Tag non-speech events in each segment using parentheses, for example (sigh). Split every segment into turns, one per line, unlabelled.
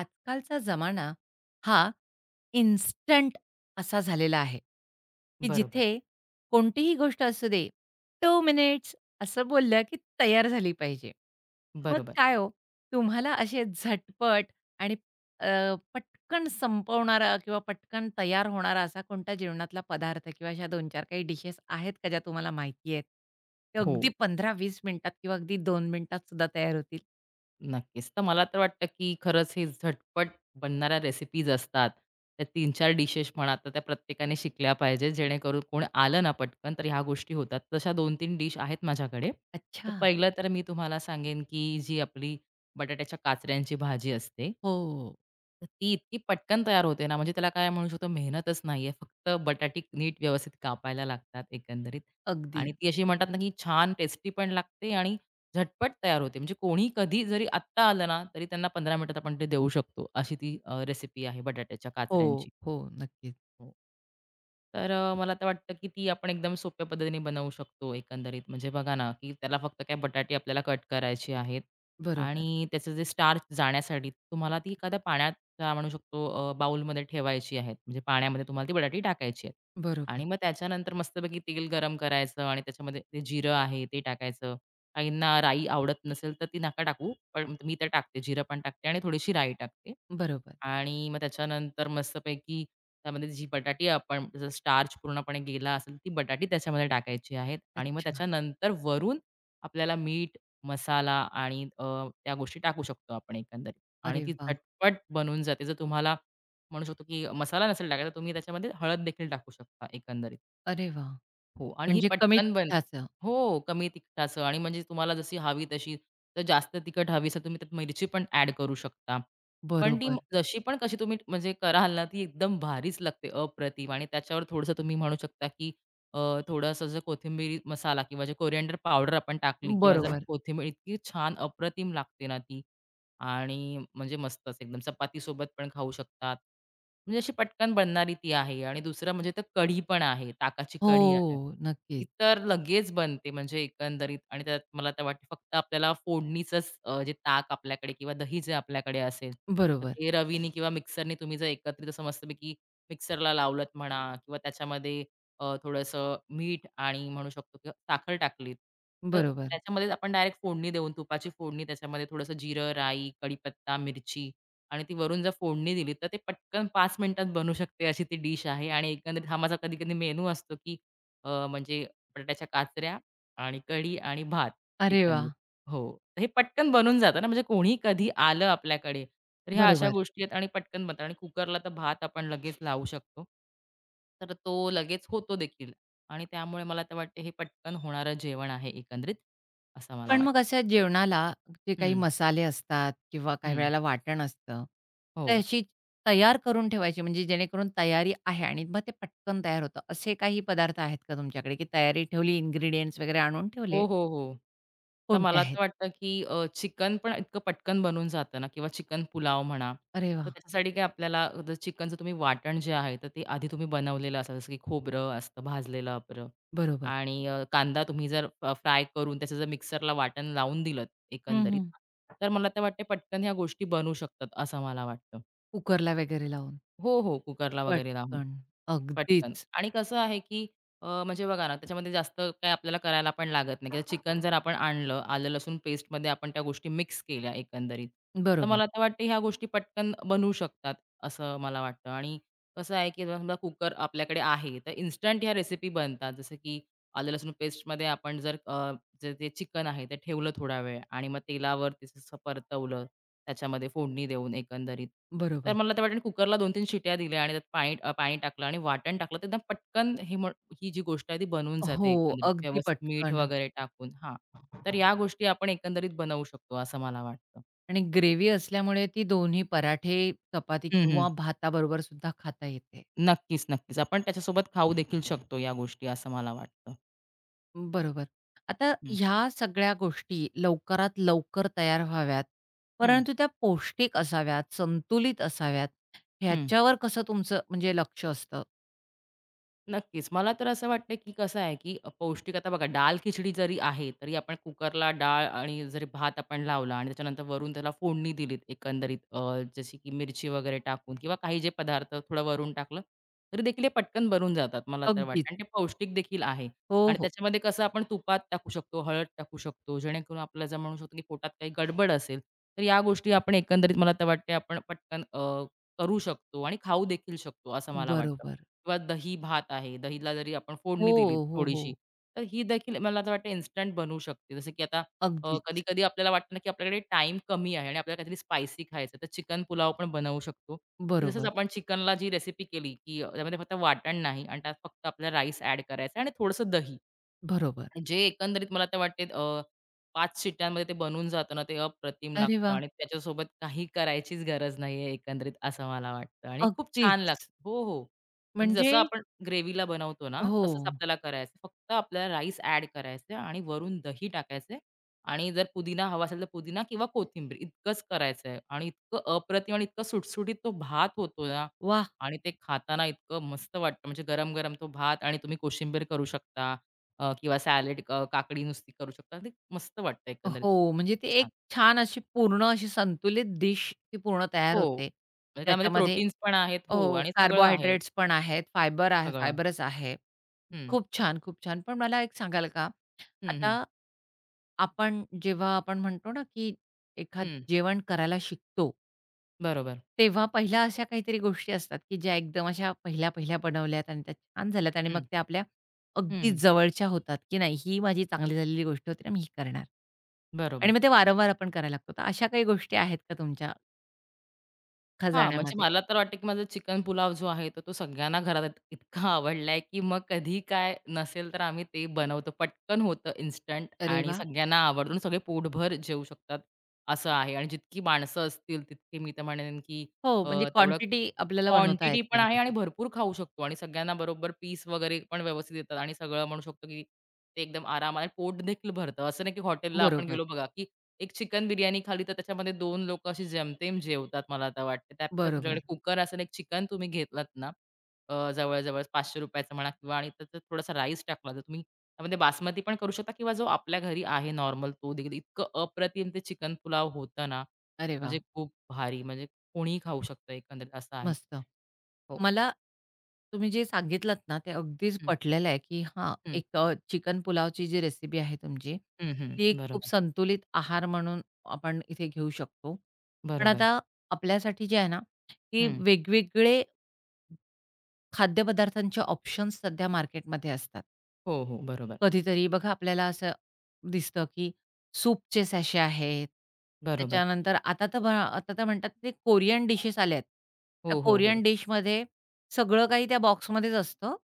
आजकालचा जमाना हा इन्स्टंट असा झालेला आहे, की
बरोबर,
जिथे कोणतीही गोष्ट असू दे, 2 मिनिट्स असं बोललं, की तयार झाली पाहिजे. मग
बरोबर.
काय हो, तुम्हाला असे झटपट आणि अ, पटकन संपवणारा किंवा पटकन तयार होणारा असा कोणता जेवणातला पदार्थ किंवा अशा 2-4 काही डिशेस आहेत का, ज्या तुम्हाला माहिती आहेत? ते
हो,
अगदी 15-20 मिनिटात किंवा अगदी 2 मिनिटात सुद्धा तयार होतील?
नक्कीच. तर मला तर वाटतं, की खरंच हे झटपट बनणाऱ्या रेसिपीज असतात. त्या 3-4 डिशेस म्हणा, तर त्या प्रत्येकाने शिकल्या पाहिजे. जेणेकरून कोण आलं ना पटकन, तर ह्या गोष्टी होतात. तशा 2-3 डिश आहेत माझ्याकडे. तर
अच्छा.
पहिलं तर मी तुम्हाला सांगेन, की जी आपली बटाट्याच्या काचऱ्यांची भाजी असते.
हो,
तर ती इतकी पटकन तयार होते ना, म्हणजे त्याला काय म्हणू शकतो मेहनतच नाहीये. फक्त बटाटे नीट व्यवस्थित कापायला लागतात एकंदरीत
अगदी.
आणि ती अशी म्हणतात ना, की छान टेस्टी पण लागते आणि झटपट तयार होते. म्हणजे कोणी कधी जरी आत्ता आलं ना, तरी त्यांना 15 मिनिटात आपण ते देऊ शकतो. अशी ती रेसिपी आहे बटाट्याच्या काचऱ्यांची.
हो, हो. नक्कीच.
हो. तर मला तर वाटतं, की ती आपण एकदम सोप्या पद्धतीने बनवू शकतो एकंदरीत. म्हणजे बघा ना, की त्याला फक्त काय बटाटे आपल्याला कट करायचे आहेत
बरोबर,
आणि त्याचं जे स्टार्च जाण्यासाठी तुम्हाला ती एखाद्या पाण्याचा म्हणू शकतो बाउलमध्ये ठेवायची आहेत. म्हणजे पाण्यामध्ये तुम्हाला ती बटाटी टाकायची आहेत आणि
बरोबर,
मग त्याच्यानंतर मस्तपैकी तेल गरम करायचं आणि त्याच्यामध्ये ते जिरं आहे ते टाकायचं. काहींना राई आवडत नसेल तर ती नका टाकू, पण मी तर टाकते. जिरं पण टाकते आणि थोडीशी राई टाकते.
बरोबर.
आणि मग त्याच्यानंतर मस्तपैकी त्यामध्ये जी बटाटी आपण जर स्टार्च पूर्णपणे गेला असेल, ती बटाटी त्याच्यामध्ये टाकायची आहेत आणि मग
अच्छा.
त्याच्यानंतर वरून आपल्याला मीठ, मसाला आणि त्या गोष्टी टाकू शकतो आपण एकंदरीत आणि
अरे
ती
वाह!
झटपट बनून जाते. जर तुम्हाला म्हणू शकतो, की मसाला नसेल टाकायचा, तुम्ही त्याच्यामध्ये हळद देखील टाकू शकता एकंदरीत.
अरे वाह!
हो आणि ही
म्हणजे कमी
पटकन बन
तिखटाचं.
हो, कमी तिखटाचं आणि म्हणजे तुम्हाला जशी हवी तशी. तर जास्त तिखट हवी असेल तुम्ही त्यात मिरची पण ॲड करू शकता. पण
बरोबर,
जशी पण कशी तुम्ही म्हणजे कराल ना, ती एकदम भारीच लागते, अप्रतिम आणि त्याच्यावर थोडंसं तुम्ही म्हणू शकता, की अ, थोडंसं जर कोथिंबीर मसाला किंवा जे कोरिएंडर पावडर आपण टाकली किंवा जर
बरोबर.
कोथिंबीर इतकी छान अप्रतिम लागते ना ती. आणि म्हणजे मस्तच एकदम चपाती सोबत पण खाऊ शकतात. म्हणजे अशी पटकन बनणारी ती आहे आणि दुसरं म्हणजे तर कढी पण आहे, ताकाची कढी आहे.
हो,
ती
नक्कीच.
तर लगेच बनते म्हणजे एकंदरीत आणि त्यात मला तर वाटते फक्त आपल्याला फोडणीचंच जे ताक आपल्याकडे किंवा दही जे आपल्याकडे असेल, तर
बरोबर,
ते रवीनी किंवा मिक्सरनी तुम्ही जर एकत्रित असं मस्तपैकी मिक्सरला लावलत म्हणा किंवा त्याच्यामध्ये थोडंसं मीठ आणि म्हणू शकतो की साखर टाकलीत, तर
बरोबर.
त्याच्यामध्येच आपण डायरेक्ट फोडणी देऊन तुपाची फोडणी त्याच्यामध्ये थोडंसं जिरं, राई, कढीपत्ता, मिरची आणि ती वरून जर फोडणी दिली, तर ते पटकन 5 मिनिटात बनू शकते अशी ती डिश आहे आणि एकंदरीत हा माझा कधी-कधी मेनू असतो की म्हणजे बटाट्याच्या काचऱ्या आणि कढी आणि भात
अरे
एकंदरीत.
वाह!
हो. हे पटकन बनून जातं ना, म्हणजे कोणी कधी आलं आपल्याकडे, तर ह्या अशा
बरोबर.
गोष्टी आहेत आणि पटकन बनतात आणि कुकरला तर भात आपण लगेच लावू शकतो. तर तो लगेच होतो देखील आणि त्यामुळे मला तर वाटते हे पटकन होणारं जेवण आहे एकंदरीत, असं मला
पण मग
वाटतं.
अशा जेवणाला जे काही
हं,
मसाले असतात किंवा काही
हं.
वेळेला वाटण असतं,
हो.
तर अशी तयार करून ठेवायची म्हणजे जेणेकरून तयारी आहे आणि मग ते पटकन तयार होतं. असे काही पदार्थ आहेत का तुमच्याकडे, की तयारी ठेवली, इन्ग्रीडियंट्स वगैरे आणून
हो,
ठेवले?
हो, हो. तर
कोणते
मला
आहेत?
तर वाटतं, की चिकन पण इतकं पटकन बनून जातं ना किंवा चिकन पुलाव म्हणा.
अरे
तर
वाह!
त्याच्यासाठी काय आपल्याला जर चिकनचं तुम्ही वाटण जे आहे, तर ते आधी तुम्ही बनवलेलं असतं. जसं की खोबरं असतं भाजलेलं आपलं
बरोबर.
आणि कांदा तुम्ही जर फ्राय करून त्याचं जर मिक्सरला वाटण लावून दिलं
हं,
एकंदरीत,
हं.
तर मला तर वाटते पटकन ह्या गोष्टी बनू शकतात असं मला वाटतं.
कुकरला वगैरे लावून.
हो. कुकरला वगैरे लावून.
पटकन.
पटकन
अगदीच.
आणि कसं आहे की म्हणजे बघा ना, त्याच्यामध्ये जास्त काही आपल्याला करायला पण लागत नाही. किंवा चिकन जर आपण आणलं, आलं लसूण पेस्टमध्ये आपण त्या गोष्टी मिक्स केल्या एकंदरीत, तर
बरोबर,
मला तर वाटतं ह्या गोष्टी पटकन बनवू शकतात, असं मला वाटतं. आणि कसं आहे की समजा कुकर आपल्याकडे आहे, तर इन्स्टंट ह्या रेसिपी बनतात. जसं की आलं लसूण पेस्टमध्ये आपण जर जे ते चिकन आहे ते ठेवलं थोडा वेळ आणि मग तेलावर ते असं परतवलं, त्याच्यामध्ये फोडणी देऊन एकंदरीत. तर
बरोबर.
मला त्या वाटेने कुकरला 2-3 शिट्या दिल्या आणि त्यात पाणी टाकलं आणि वाटण टाकलं. तर एकदम पटकन हे म ही जी गोष्ट आहे ती बनवून
हो,
जाते एकंदरीत
अगदी
व्यवस्थित मीठ
पटकन.
वगैरे टाकून. हां, तर या गोष्टी आपण एकंदरीत बनवू शकतो असं मला वाटतं.
आणि ग्रेव्ही असल्यामुळे ती दोन्ही पराठे, चपाती
हं.
किंवा भाताबरोबर सुद्धा खाता येते.
नक्कीच, नक्कीच. आपण त्याच्यासोबत खाऊ देखील शकतो या गोष्टी असं मला वाटतं.
बरोबर. आता
हं,
ह्या सगळ्या गोष्टी लवकरात लवकर तयार व्हाव्यात,
हं.
परंतु त्या पौष्टिक असाव्यात, संतुलित असाव्यात,
हं.
ह्याच्यावर कसं तुमचं म्हणजे लक्ष असतं?
नक्कीच. मला तर असं वाटतं, की कसं आहे, की पौष्टिक आता बघा डाळ-खिचडी जरी आहे, तरी आपण कुकरला डाळ आणि जरी भात आपण लावला आणि त्याच्यानंतर वरून त्याला फोडणी दिलीत एकंदरीत, जशी की मिरची वगैरे टाकून किंवा काही जे पदार्थ थोडं वरून टाकलं, तरी देखील हे पटकन बनून जातात मला तर
अगदीच.
वाटतं आणि ते पौष्टिक देखील आहे.
हो,
आणि
हो.
त्याच्यामध्ये कसं आपण तुपात टाकू शकतो, हळद टाकू शकतो, जेणेकरून आपल्याला जर म्हणू शकतो, की पोटात काही गडबड असेल, तर या गोष्टी आपण एकंदरीत मला तर वाटते आपण पटकन करू शकतो आणि खाऊ देखील शकतो असं मला वाटतं.
बरोबर.
किंवा दही भात आहे. दहीला जरी आपण
हो,
फोडणी दिली
हो, हो.
थोडीशी, तर ही देखील मला तर वाटतं इन्स्टंट बनवू शकते. जसं की आता
अगदीच.
कधी-कधी आपल्याला वाटतं ना, की आपल्याकडे टाईम कमी आहे आणि आपल्याला काहीतरी स्पायसी खायचं आहे, तर चिकन पुलाव पण बनवू शकतो. की जसंच
बरोबर,
आपण चिकनला जी रेसिपी केली, की त्यामध्ये फक्त वाटण नाही आणि त्यात फक्त आपल्याला राईस ॲड करायचा आणि थोडंसं दही.
बरोबर.
जे एकंदरीत मला तर वाटते 5 शिट्ट्यांमध्ये ते बनून जातं ना, ते अप्रतिम
अरे
लागतं
वाह!
आणि त्याच्यासोबत काही करायचीच गरज नाहीये एकंदरीत असं मला वाटतं आणि खूप छान
अगदीच.
लागतं हो. म्हणजे जसं
म्हणजे
आपण ग्रेव्हीला बनवतो ना,
हो.
तसंच आपल्याला करायचं. फक्त आपल्याला राईस ॲड करायचे आणि वरून दही टाकायचे आणि जर पुदिना हवा असेल तर पुदिना किंवा कोथिंबीर इतकंच करायचं आहे आणि इतकं अप्रतिम आणि इतकं सुटसुटीत तो भात होतो ना
वाह!
आणि ते खाताना इतकं मस्त वाटतं. म्हणजे गरम-गरम तो भात आणि तुम्ही कोशिंबीर करू शकता किंवा सॅलड काकडी नुसती करू शकता. ते मस्त वाटतं एकंदरीत.
हो, म्हणजे
खूप
ती
छान.
एक छान अशी पूर्ण अशी संतुलित डिश ती पूर्ण तयार
हो.
होते.
म्हणजे त्यामध्ये
ज्याच्यामध्ये
प्रोटीन्स पण आहेत. हो
हो,
आणि सगळं आहे.
कार्बोहायड्रेट्स पण आहेत, फायबर आहे
सगळं.
फायबरच आहे.
हं.
खूप छान, खूप छान. पण मला एक सांगाल का,
हं.
आता आपण जेव्हा म्हणतो ना, की एखाद
हं.
जेवण करायला शिकतो
बरोबर.
तेव्हा पहिल्या अशा काहीतरी गोष्टी असतात, की ज्या एकदम अशा पहिल्या-पहिल्या बनवल्यात आणि त्या छान झाल्यात आणि मग
हं.
त्या आपल्या
हं,
अगदी
हं.
जवळच्या होतात, की नाही ही माझी चांगली झालेली गोष्ट होती ना, मी ही करणार.
बरोबर.
आणि मग ते वारंवार आपण करायला लागतो. तर अशा काही गोष्टी आहेत का तुमच्या
हां, म्हणजे
खजाण्यामध्ये?
मला तर वाटतं, की माझा चिकन पुलाव जो आहे, तर तो सगळ्यांना घरात इतका आवडलाय, की मग कधी काय नसेल तर आम्ही ते बनवतो. पटकन होतं इन्स्टंट
अरे
आणि
वाह!
सगळ्यांना आवडून सगळे पोटभर जेवू शकतात, असं आहे. आणि जितकी माणसं असतील तितकी मी तर म्हणेन, की
हो, म्हणजे
अ, तेवढं
क्वांटिटी आपल्याला बनवता
क्वांटिटी
येते
पण आहे आणि
त्याच्यामध्ये.
भरपूर खाऊ शकतो आणि सगळ्यांना बरोबर पीस वगैरे पण व्यवस्थित देतात आणि सगळं म्हणू शकतो, की ते एकदम आरामात पोट देखील भरतं. असं नाही, की हॉटेलला आपण
बरोबर,
गेलो बघा, की एक चिकन बिर्याणी खाल्ली तर त्याच्यामध्ये 2 लोकं अशी जेमतेम जेवतात मला आता वाटतं. त्यापेक्षा तुमच्याकडे
बरोबर.
कुकर असेल, एक चिकन तुम्ही घेतलात ना, जवळ-जवळ ₹500 चं म्हणा किंवा आणि त्याच्यात थोडासा राईस टाकला तर तुम्ही त्यामध्ये बासमती पण करू शकता किंवा जो आपल्या घरी आहे नॉर्मल तो देखील. इतकं अप्रतिम ते चिकन पुलाव होतं ना,
अरे
म्हणजे
वाह!
खूप भारी. म्हणजे कोणीही खाऊ शकतं एकंदरीत असं आहे.
मस्त.
हो.
मला तुम्ही जे सांगितलात ना, ते अगदीच
हं,
पटलेलं आहे, की हां, एक चिकन पुलावची जी रेसिपी आहे तुमची,
हं.
ती एक खूप
बरोबर,
संतुलित आहार म्हणून आपण इथे घेऊ शकतो. पण
बरोबर.
आता आपल्यासाठी जे आहे ना, की
हं.
वेगवेगळे खाद्यपदार्थांचे ऑप्शन्स सध्या मार्केटमध्ये असतात.
हो. बरोबर,
कधीतरी बघा आपल्याला असं दिसतं, की सूपचे सॅशे आहेत.
बरोबर.
त्याच्यानंतर आता तर बघा आता तर म्हणतात ते कोरियन डिशेस आल्यात. त्या
हो.
कोरियन डिशमध्ये सगळं काही त्या बॉक्समध्येच असतं.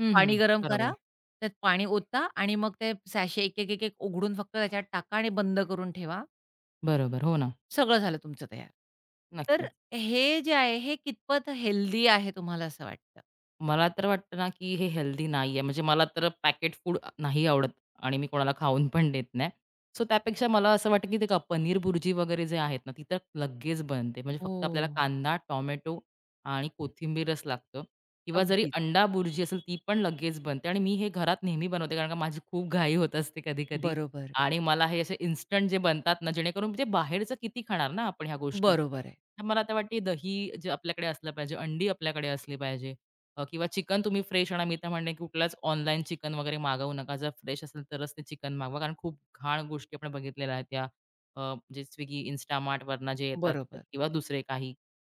हं,
पाणी
हं.
गरम करा,
बरोबर,
त्यात पाणी ओता आणि मग ते सॅशे एक, एक, एक, एक उघडून फक्त त्याच्यात टाका आणि बंद करून ठेवा.
बरोबर. हो ना.
सगळं झालं तुमचं तयार. तर
नक्कीच.
हे जे आहे हे कितपत हेल्दी आहे तुम्हाला असं वाटतं?
मला तर वाटतं ना, की हे हेल्दी नाहीये. म्हणजे मला तर पॅकेट फूड नाही आवडत आणि मी कोणाला खाऊन पण देत नाही. सो त्यापेक्षा मला असं वाटतं, की ते का पनीर भुर्जी वगैरे जे आहेत ना, ती तर लगेच बनते. म्हणजे फक्त आपल्याला
हो.
कांदा, टोमॅटो आणि कोथिंबीरच लागतं किंवा जरी
अगदीच.
अंडा भुर्जी असेल, ती पण लगेच बनते आणि मी हे घरात नेहमी बनवते. कारण का माझी खूप घाई होत असते कधी-कधी
बरोबर.
आणि मला हे असे इन्स्टंट जे बनतात ना, जेणेकरून ते बाहेरचं किती खाणार ना आपण ह्या गोष्टी.
बरोबर आहे.
तर मला तर वाटते दही जे आपल्याकडे असलं पाहिजे, अंडी आपल्याकडे असली पाहिजे किंवा चिकन तुम्ही फ्रेश आणा. मी तर म्हणेन, की कुठलाच ऑनलाईन चिकन वगैरे मागवू नका. जर फ्रेश असेल तरच ते चिकन मागवा. कारण खूप घाण गोष्टी आपण बघितलेल्या आहेत त्या म्हणजे Swiggy, Instamartवरनं जे येतात
बरोबर,
किंवा दुसरे काही.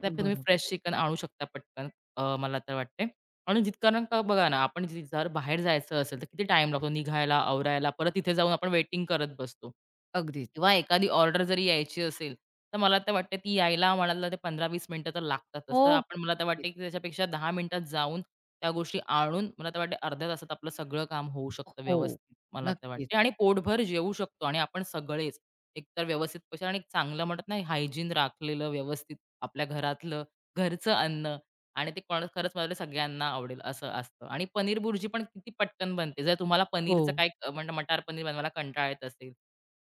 त्यापेक्षा तुम्ही
बरोबर.
फ्रेश चिकन आणू शकता पटकन मला तर वाटते. आणि कारण का बघा ना, आपण जर बाहेर जायचं असेल, तर किती टाईम लागतो निघायला, आवरायला. परत तिथे जाऊन आपण वेटिंग करत बसतो.
अगदीच.
किंवा एखादी ऑर्डर जरी यायची असेल, तर मला तर वाटतं ती यायला म्हणाला तर 15-20 मिनिटं तर लागतातच. तर
हो.
आपण मला तर
नक्कीच.
वाटते की त्याच्यापेक्षा 10 मिनिटात जाऊन त्या गोष्टी आणून मला तर वाटते अर्ध्या तासात आपलं सगळं काम होऊ शकतं
हो.
व्यवस्थित मला तर
नक्कीच.
वाटते आणि पोटभर जेवू शकतो आणि आपण सगळेच एकतर व्यवस्थित पैसे आणि एक चांगलं म्हणत नाही हायजीन राखलेलं व्यवस्थित आपल्या घरातलं, घरचं अन्न आणि ते कोण खरंच मला वाटतं सगळ्यांना आवडेल असं असतं. आणि पनीर बुर्जी पण किती पटकन बनते. जर तुम्हाला
हो.
पनीरचं काय म्हणजे मटार पनीर बनवायला कंटाळा येत असेल,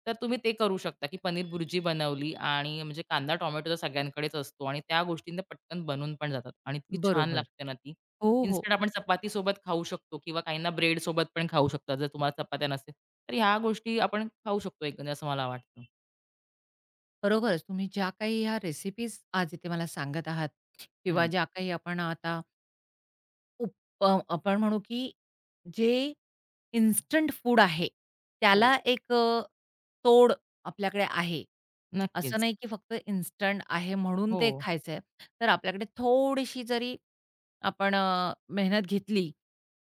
तर तुम्ही ते करू शकता, की पनीर बुर्जी बनवली आणि म्हणजे कांदा, टोमॅटो तर सगळ्यांकडेच असतो आणि त्या गोष्टींना पटकन बनून पण जातात आणि इतकी छान
बरोबर.
लागते ना ती.
हो, हो.
इन्स्टंट आपण चपातीसोबत खाऊ शकतो किंवा काहींना ब्रेडसोबत पण खाऊ शकतात. जर तुम्हाला चपात्या नसेल, तर ह्या गोष्टी आपण खाऊ शकतो एकंदरीत असं मला वाटतं.
खरोखरच तुम्ही ज्या काही ह्या रेसिपीज आज इथे मला सांगत आहात किंवा
हं.
ज्या काही आपण आता उप आपण म्हणू की जे इन्स्टंट फूड आहे,
हो.
त्याला एक तोड आपल्याकडे आहे. असं
नक्कीच.
नाही की फक्त इन्स्टंट आहे म्हणून
हो.
ते खायचंय. तर आपल्याकडे थोडीशी जरी आपण मेहनत घेतली,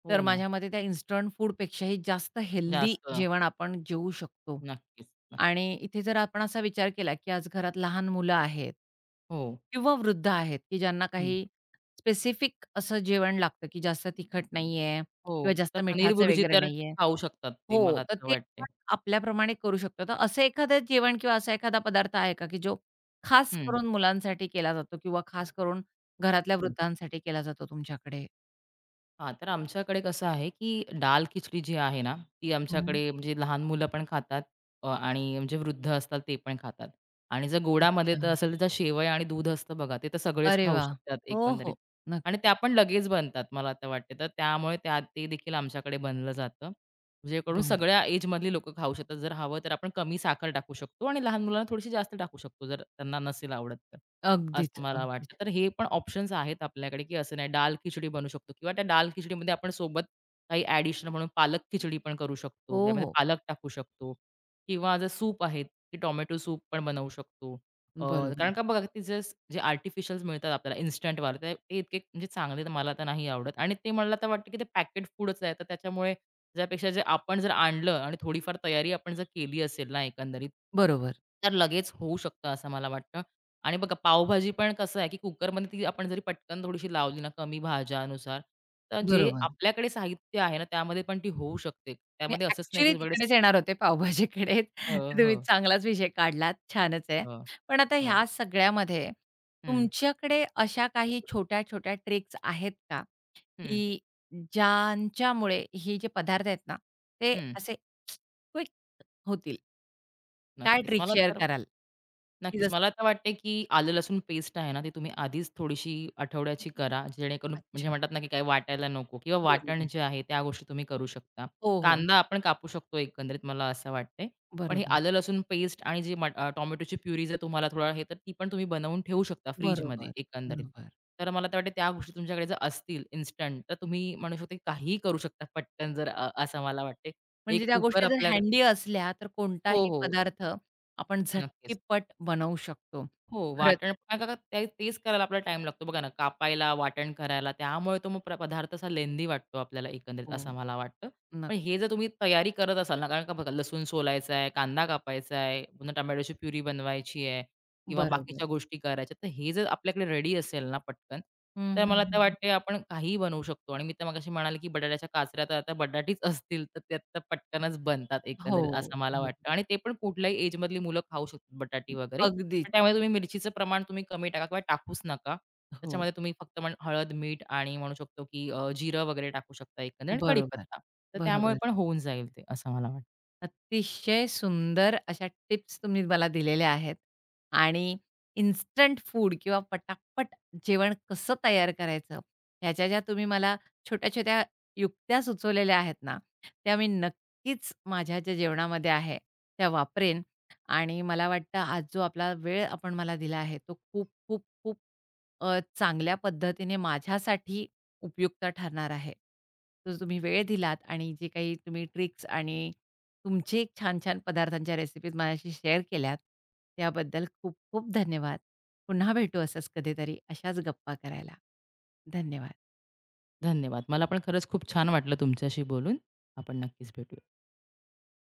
हो
तर
ना.
माझ्या मते त्या इन्स्टंट फूडपेक्षाही जास्त हेल्दी
जास्त.
जेवण आपण जेवू शकतो.
नक्कीच. नक्की.
आणि इथे जर आपण असा विचार केला, की आज घरात लहान मुलं आहेत
हो.
किंवा वृद्ध आहेत, की ज्यांना
हं.
काही स्पेसिफिक असं जेवण लागतं, की जास्त तिखट नाहीये
हो.
किंवा
तर
जास्त
पनीर
मिठाचं
बुर्जी
वगैरे
तर
नाहीये.
खाऊ शकतात ते,
हो,
मला
तर
तर
ते
वाटते.
आपण आपल्याप्रमाणे करू शकतो. तर असं एखादं जेवण किंवा असा एखादा पदार्थ आहे का, की जो खास
हं,
करून मुलांसाठी केला जातो किंवा खास करून घरातल्या
हं.
वृद्धांसाठी केला जातो तुमच्याकडे.
हां, तर आमच्याकडे कसं आहे, की दाल खिचडी जी आहे ना, ती
हं.
आमच्याकडे म्हणजे लहान मुलं पण खातात आणि म्हणजे वृद्ध असतात ते पण खातात. आणि जर गोडामध्ये तर
अच्छा.
असेल तर शेवया आणि दूध असतं बघा, ते तर सगळेच
अरे
खाऊ
वाह!
शकतात
हो,
एकंदरीत.
हो.
आणि त्या
नक्कीच.
पण लगेच बनतात मला तर वाटते. तर त्यामुळे त्या ते देखील आमच्याकडे बनलं जातं. जेणेकरून
बरं.
सगळ्या एजमधली लोकं खाऊ शकतात. जर हवं तर आपण कमी साखर टाकू शकतो आणि लहान मुलांना थोडीशी जास्त टाकू शकतो, जर त्यांना नसेल आवडत तर.
अगदीच,
असं मला
अगदीच.
वाटतं. तर हे पण ऑप्शन्स आहेत आपल्याकडे, की असं नाही दाल खिचडी बनवू शकतो किंवा त्या दाल खिचडीमध्ये आपण सोबत काही ॲडिशनल म्हणून पालक खिचडी पण करू
हो,
शकतो. त्यामध्ये
हो.
पालक टाकू शकतो किंवा जे सूप आहेत, ते टोमॅटो सूप पण बनवू शकतो. अ, कारण
बरोबर,
का बघा ते जे जे आर्टिफिशियल्स मिळतात आपल्याला इन्स्टंटवाले ते ते इतके म्हणजे चांगले तर मला तर नाही आवडत आणि ते मला तर वाटतं, की ते पॅकेट फूडच आहे. तर त्याच्यामुळे त्यापेक्षा जे आपण जर आणलं आणि थोडीफार तयारी आपण जर केली असेल ना एकंदरीत,
बरोबर,
तर लगेच होऊ शकतं असं मला वाटतं आणि बघा पावभाजी पण कसं आहे, की कुकरमध्ये ती आपण जरी पटकन थोडीशी लावली ना, कमी भाज्यानुसार, तर जे
बरोबर.
आपल्याकडे साहित्य आहे ना, त्यामध्ये पण ती होऊ शकते.
मी
त्यामध्ये असंच नाही, की
ॲक्चुअली तिकडेच येणार होते पावभाजीकडे.
हो, हो,
तुम्ही चांगलाच विषय काढलात. छानच आहे.
हो,
पण आता
हो.
ह्या सगळ्यामध्ये
हं,
तुमच्याकडे अशा काही छोट्या-छोट्या ट्रिक्स आहेत का,
हं,
की ज्यांच्यामुळे हे जे पदार्थ आहेत ना, ते
हं.
असे क्विक होतील? काय
नक्कीच.
ट्रिक
मला
शेअर
तर
कराल? की
नक्कीच.
जसं
मला तर वाटते, की आलं लसूण पेस्ट आहे ना, ती तुम्ही आधीच थोडीशी आठवड्याची करा, जेणेकरून म्हणजे
अच्छा.
म्हणतात ना, की काही वाटायला नको किंवा वाटण
बरोबर.
जे आहे त्या गोष्टी तुम्ही करू शकता.
हो, हो.
कांदा आपण कापू शकतो एकंदरीत मला असं वाटतंय. पण हे
बरोबर,
आलं लसूण पेस्ट आणि जी टोमॅटोची प्युरी जर तुम्हाला थोडा हे तर ती पण तुम्ही बनवून ठेवू शकता फ्रिजमध्ये
बरोबर,
एकंदरीत.
बरोबर.
तर मला तर वाटतं त्या गोष्टी तुमच्याकडे जर असतील इन्स्टंट तर तुम्ही म्हणू शकता, की काहीही करू शकता पटकन, असं मला वाटते. एक
म्हणजे त्या
कुकर
गोष्टी जर
आपल्याकडे
हँडी असल्या, तर
हो,
कोणताही
हो.
पदार्थ आपण
नक्कीच.
झटकीपट बनवू शकतो.
हो,
खरंच
वाटण का- का- का- ते तेच करायला आपल्याला टाईम लागतो बघा ना, कापायला, वाटण करायला. त्यामुळे तो मग पदार्थ असा लेंदी वाटतो आपल्याला एकंदरीत
हो.
असं मला वाटतं. पण हे
नक्कीच.
जर तुम्ही तयारी करत असाल ना, कारण का बघा लसूण सोलायचा आहे, कांदा कापायचा आहे, पुन्हा टोमॅटोची प्युरी बनवायची आहे किंवा
बरोबर.
बाकीच्या गोष्टी करायच्या. तर हे जर आपल्याकडे रेडी असेल ना पटकन,
हं,
तर
हं,
मला
हं,
तर
हं.
वाटते आपण काहीही बनवू शकतो. आणि मी तर मगाशी म्हणाले, की बटाट्याच्या काचऱ्या तर आता बटाटीच (laughs) असतील, तर त्या तर पटकनच बनतात
हो,
एकंदरीत असं मला
हो.
वाटतं. आणि ते पण कुठल्याही एजमधली मुलं खाऊ शकतात बटाटी वगैरे. तर
अगदीच.
त्यामुळे तुम्ही मिरचीचं प्रमाण तुम्ही कमी टाका किंवा टाकूच नका.
हो.
त्याच्यामध्ये तुम्ही फक्त म्हण हळद, मीठ आणि म्हणू शकतो की जिरं वगैरे टाकू शकता एकंदरीत आणि
बरोबर,
कढीपत्ता. तर त्यामुळे
बरोबर.
पण होऊन जाईल ते असं मला वाटतं.
अतिशय सुंदर अशा टिप्स तुम्ही मला दिलेल्या आहेत आणि इन्स्टंट फूड किंवा पटापट जेवण कसं तयार करायचं, ह्याच्या ज्या तुम्ही मला छोट्या-छोट्या युक्त्या सुचवलेल्या आहेत ना, त्या मी नक्कीच माझ्या ज्या जेवणामध्ये आहे, त्या वापरेन आणि मला वाटतं आज जो आपला वेळ आपण मला दिला आहे, तो खूप, खूप, खूप चांगल्या पद्धतीने माझ्यासाठी उपयुक्त ठरणार आहे. तर तुम्ही वेळ दिलात आणि जे काही तुम्ही ट्रिक्स आणि तुमचे छान-छान पदार्थांच्या रेसिपीज माझ्याशी शेअर केल्यात, त्याबद्दल खूप खूप धन्यवाद. पुन्हा भेटू असंच कधीतरी अशाच गप्पा करायला. धन्यवाद.
धन्यवाद. मला पण खरंच खूप छान वाटलं तुमच्याशी बोलून. आपण नक्कीच भेटू.